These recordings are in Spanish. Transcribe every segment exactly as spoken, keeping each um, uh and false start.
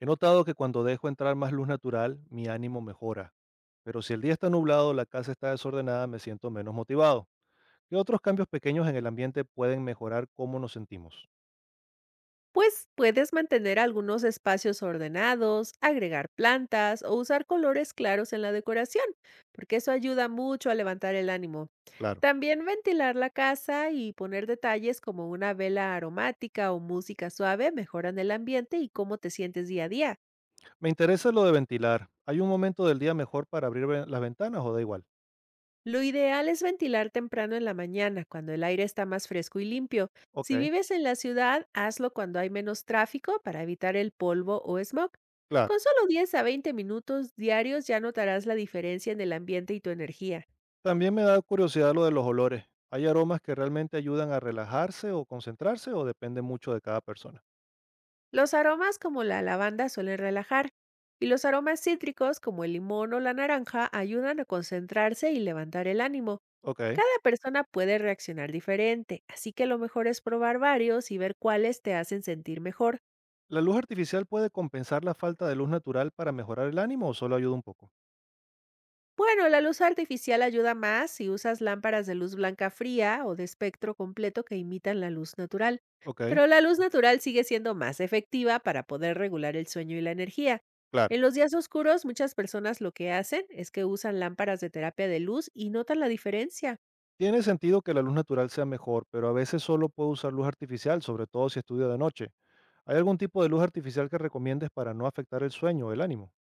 He notado que cuando dejo entrar más luz natural, mi ánimo mejora, pero si el día está nublado o la casa está desordenada, me siento menos motivado. ¿Qué otros cambios pequeños en el ambiente pueden mejorar cómo nos sentimos? Pues puedes mantener algunos espacios ordenados, agregar plantas o usar colores claros en la decoración, porque eso ayuda mucho a levantar el ánimo. Claro. También ventilar la casa y poner detalles como una vela aromática o música suave mejoran el ambiente y cómo te sientes día a día. Me interesa lo de ventilar. ¿Hay un momento del día mejor para abrir ve- las ventanas o da igual? Lo ideal es ventilar temprano en la mañana, cuando el aire está más fresco y limpio. Ok, Si vives en la ciudad, hazlo cuando hay menos tráfico para evitar el polvo o smog. claro. Con solo diez a veinte minutos diarios ya notarás la diferencia en el ambiente y tu energía. También me da curiosidad lo de los olores. ¿Hay aromas que realmente ayudan a relajarse o concentrarse o depende mucho de cada persona? Los aromas como la lavanda suelen relajar y los aromas cítricos como el limón o la naranja ayudan a concentrarse y levantar el ánimo. Ok. Cada persona puede reaccionar diferente, así que lo mejor es probar varios y ver cuáles te hacen sentir mejor. ¿La luz artificial puede compensar la falta de luz natural para mejorar el ánimo o solo ayuda un poco? Bueno, la luz artificial ayuda más si usas lámparas de luz blanca fría o de espectro completo que imitan la luz natural. Ok. Pero la luz natural sigue siendo más efectiva para poder regular el sueño y la energía. Claro. En los días oscuros, muchas personas lo que hacen es que usan lámparas de terapia de luz y notan la diferencia. Tiene sentido que la luz natural sea mejor, pero a veces solo puedo usar luz artificial, sobre todo si estudio de noche. ¿Hay algún tipo de luz artificial que recomiendes para no afectar el sueño o el ánimo?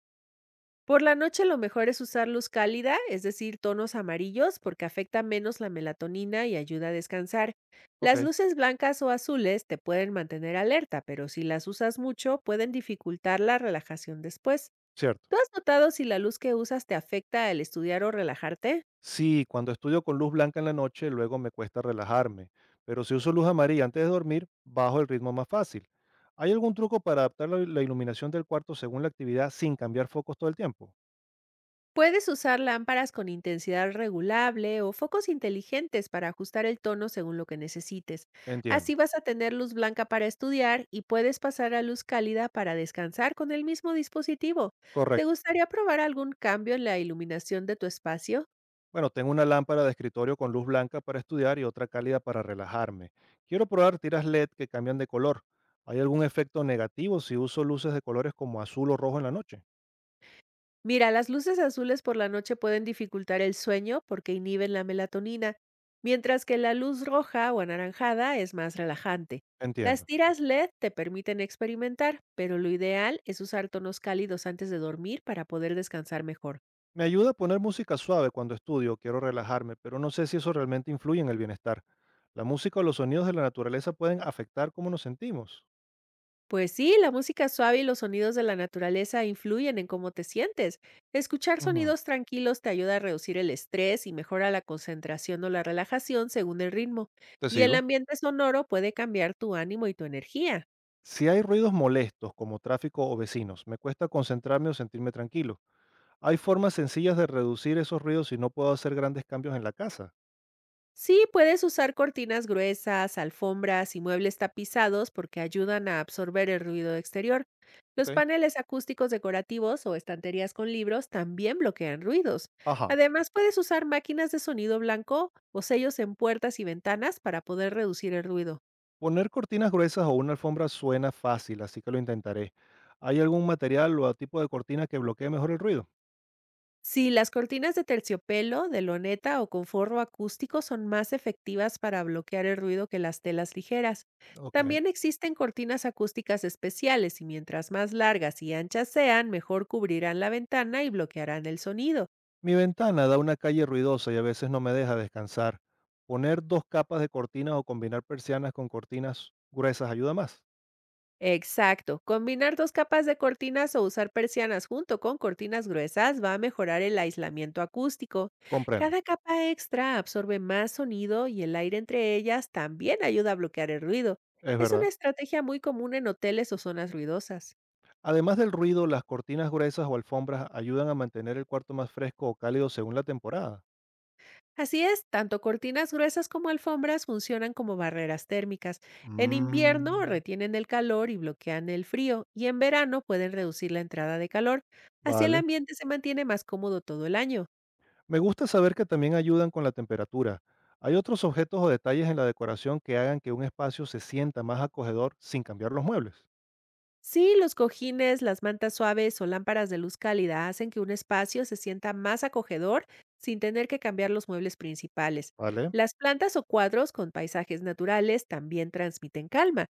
Por la noche lo mejor es usar luz cálida, es decir, tonos amarillos, porque afecta menos la melatonina y ayuda a descansar. Ok, Las luces blancas o azules te pueden mantener alerta, pero si las usas mucho pueden dificultar la relajación después. cierto. ¿Tú has notado si la luz que usas te afecta al estudiar o relajarte? Sí, cuando estudio con luz blanca en la noche, luego me cuesta relajarme, pero si uso luz amarilla antes de dormir, bajo el ritmo más fácil. ¿Hay algún truco para adaptar la la iluminación del cuarto según la actividad sin cambiar focos todo el tiempo? Puedes usar lámparas con intensidad regulable o focos inteligentes para ajustar el tono según lo que necesites. Entiendo. Así vas a tener luz blanca para estudiar y puedes pasar a luz cálida para descansar con el mismo dispositivo. ¿Te Correcto. gustaría probar algún cambio en la iluminación de tu espacio? Bueno, tengo una lámpara de escritorio con luz blanca para estudiar y otra cálida para relajarme. Quiero probar tiras L E D que cambian de color. ¿Hay algún efecto negativo si uso luces de colores como azul o rojo en la noche? Mira, las luces azules por la noche pueden dificultar el sueño porque inhiben la melatonina, mientras que la luz roja o anaranjada es más relajante. Las Entiendo. tiras L E D te permiten experimentar, pero lo ideal es usar tonos cálidos antes de dormir para poder descansar mejor. Me ayuda a poner música suave cuando estudio, quiero relajarme, pero no sé si eso realmente influye en el bienestar. La música o los sonidos de la naturaleza pueden afectar cómo nos sentimos. Pues sí, la música suave y los sonidos de la naturaleza influyen en cómo te sientes. Escuchar Ujú. sonidos tranquilos te ayuda a reducir el estrés y mejora la concentración o la relajación según el ritmo. Te Y el sigo. ambiente sonoro puede cambiar tu ánimo y tu energía. Si hay ruidos molestos como tráfico o vecinos, me cuesta concentrarme o sentirme tranquilo. Hay formas sencillas de reducir esos ruidos si no puedo hacer grandes cambios en la casa. Sí, puedes usar cortinas gruesas, alfombras y muebles tapizados porque ayudan a absorber el ruido exterior. Ok. Los paneles acústicos decorativos o estanterías con libros también bloquean ruidos. Ajá. Además, puedes usar máquinas de sonido blanco o sellos en puertas y ventanas para poder reducir el ruido. Poner cortinas gruesas o una alfombra suena fácil, así que lo intentaré. ¿Hay algún material o tipo de cortina que bloquee mejor el ruido? Sí, las cortinas de terciopelo, de loneta o con forro acústico son más efectivas para bloquear el ruido que las telas ligeras. Ok. También existen cortinas acústicas especiales y mientras más largas y anchas sean, mejor cubrirán la ventana y bloquearán el sonido. Mi ventana da una calle ruidosa y a veces no me deja descansar. Poner dos capas de cortinas o combinar persianas con cortinas gruesas ayuda más. Exacto. Combinar dos capas de cortinas o usar persianas junto con cortinas gruesas va a mejorar el aislamiento acústico. Comprendo. Cada capa extra absorbe más sonido y el aire entre ellas también ayuda a bloquear el ruido. Es Es una verdad. estrategia muy común en hoteles o zonas ruidosas. Además del ruido, las cortinas gruesas o alfombras ayudan a mantener el cuarto más fresco o cálido según la temporada. Así es, tanto cortinas gruesas como alfombras funcionan como barreras térmicas. En Mmm. invierno retienen el calor y bloquean el frío, y en verano pueden reducir la entrada de calor. Así el Vale. ambiente se mantiene más cómodo todo el año. Me gusta saber que también ayudan con la temperatura. ¿Hay otros objetos o detalles en la decoración que hagan que un espacio se sienta más acogedor sin cambiar los muebles? Sí, los cojines, las mantas suaves o lámparas de luz cálida hacen que un espacio se sienta más acogedor sin tener que cambiar los muebles principales. Vale, Las plantas o cuadros con paisajes naturales también transmiten calma.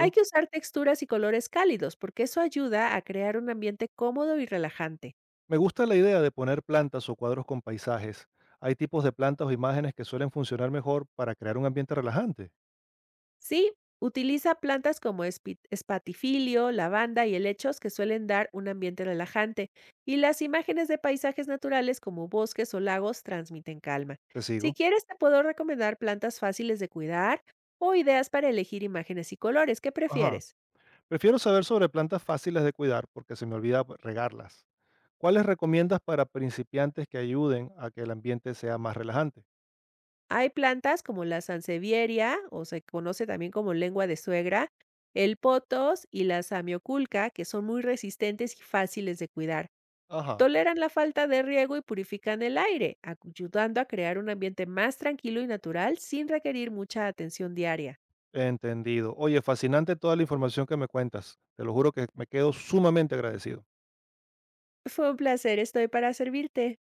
Hay que usar texturas y colores cálidos porque eso ayuda a crear un ambiente cómodo y relajante. Me gusta la idea de poner plantas o cuadros con paisajes. Hay tipos de plantas o imágenes que suelen funcionar mejor para crear un ambiente relajante. Sí, utiliza plantas como espi- espatifilio, lavanda y helechos que suelen dar un ambiente relajante, y las imágenes de paisajes naturales como bosques o lagos transmiten calma. Te Si sigo. quieres, te puedo recomendar plantas fáciles de cuidar o ideas para elegir imágenes y colores. ¿Qué Ajá. prefieres? Prefiero saber sobre plantas fáciles de cuidar porque se me olvida pues, regarlas. ¿Cuáles recomiendas para principiantes que ayuden a que el ambiente sea más relajante? Hay plantas como la sansevieria, o se conoce también como lengua de suegra, el potos y la samioculca, que son muy resistentes y fáciles de cuidar. Ajá. Toleran la falta de riego y purifican el aire, ayudando a crear un ambiente más tranquilo y natural sin requerir mucha atención diaria. Entendido. Oye, fascinante toda la información que me cuentas. Te lo juro que me quedo sumamente agradecido. Fue un placer, estoy para servirte.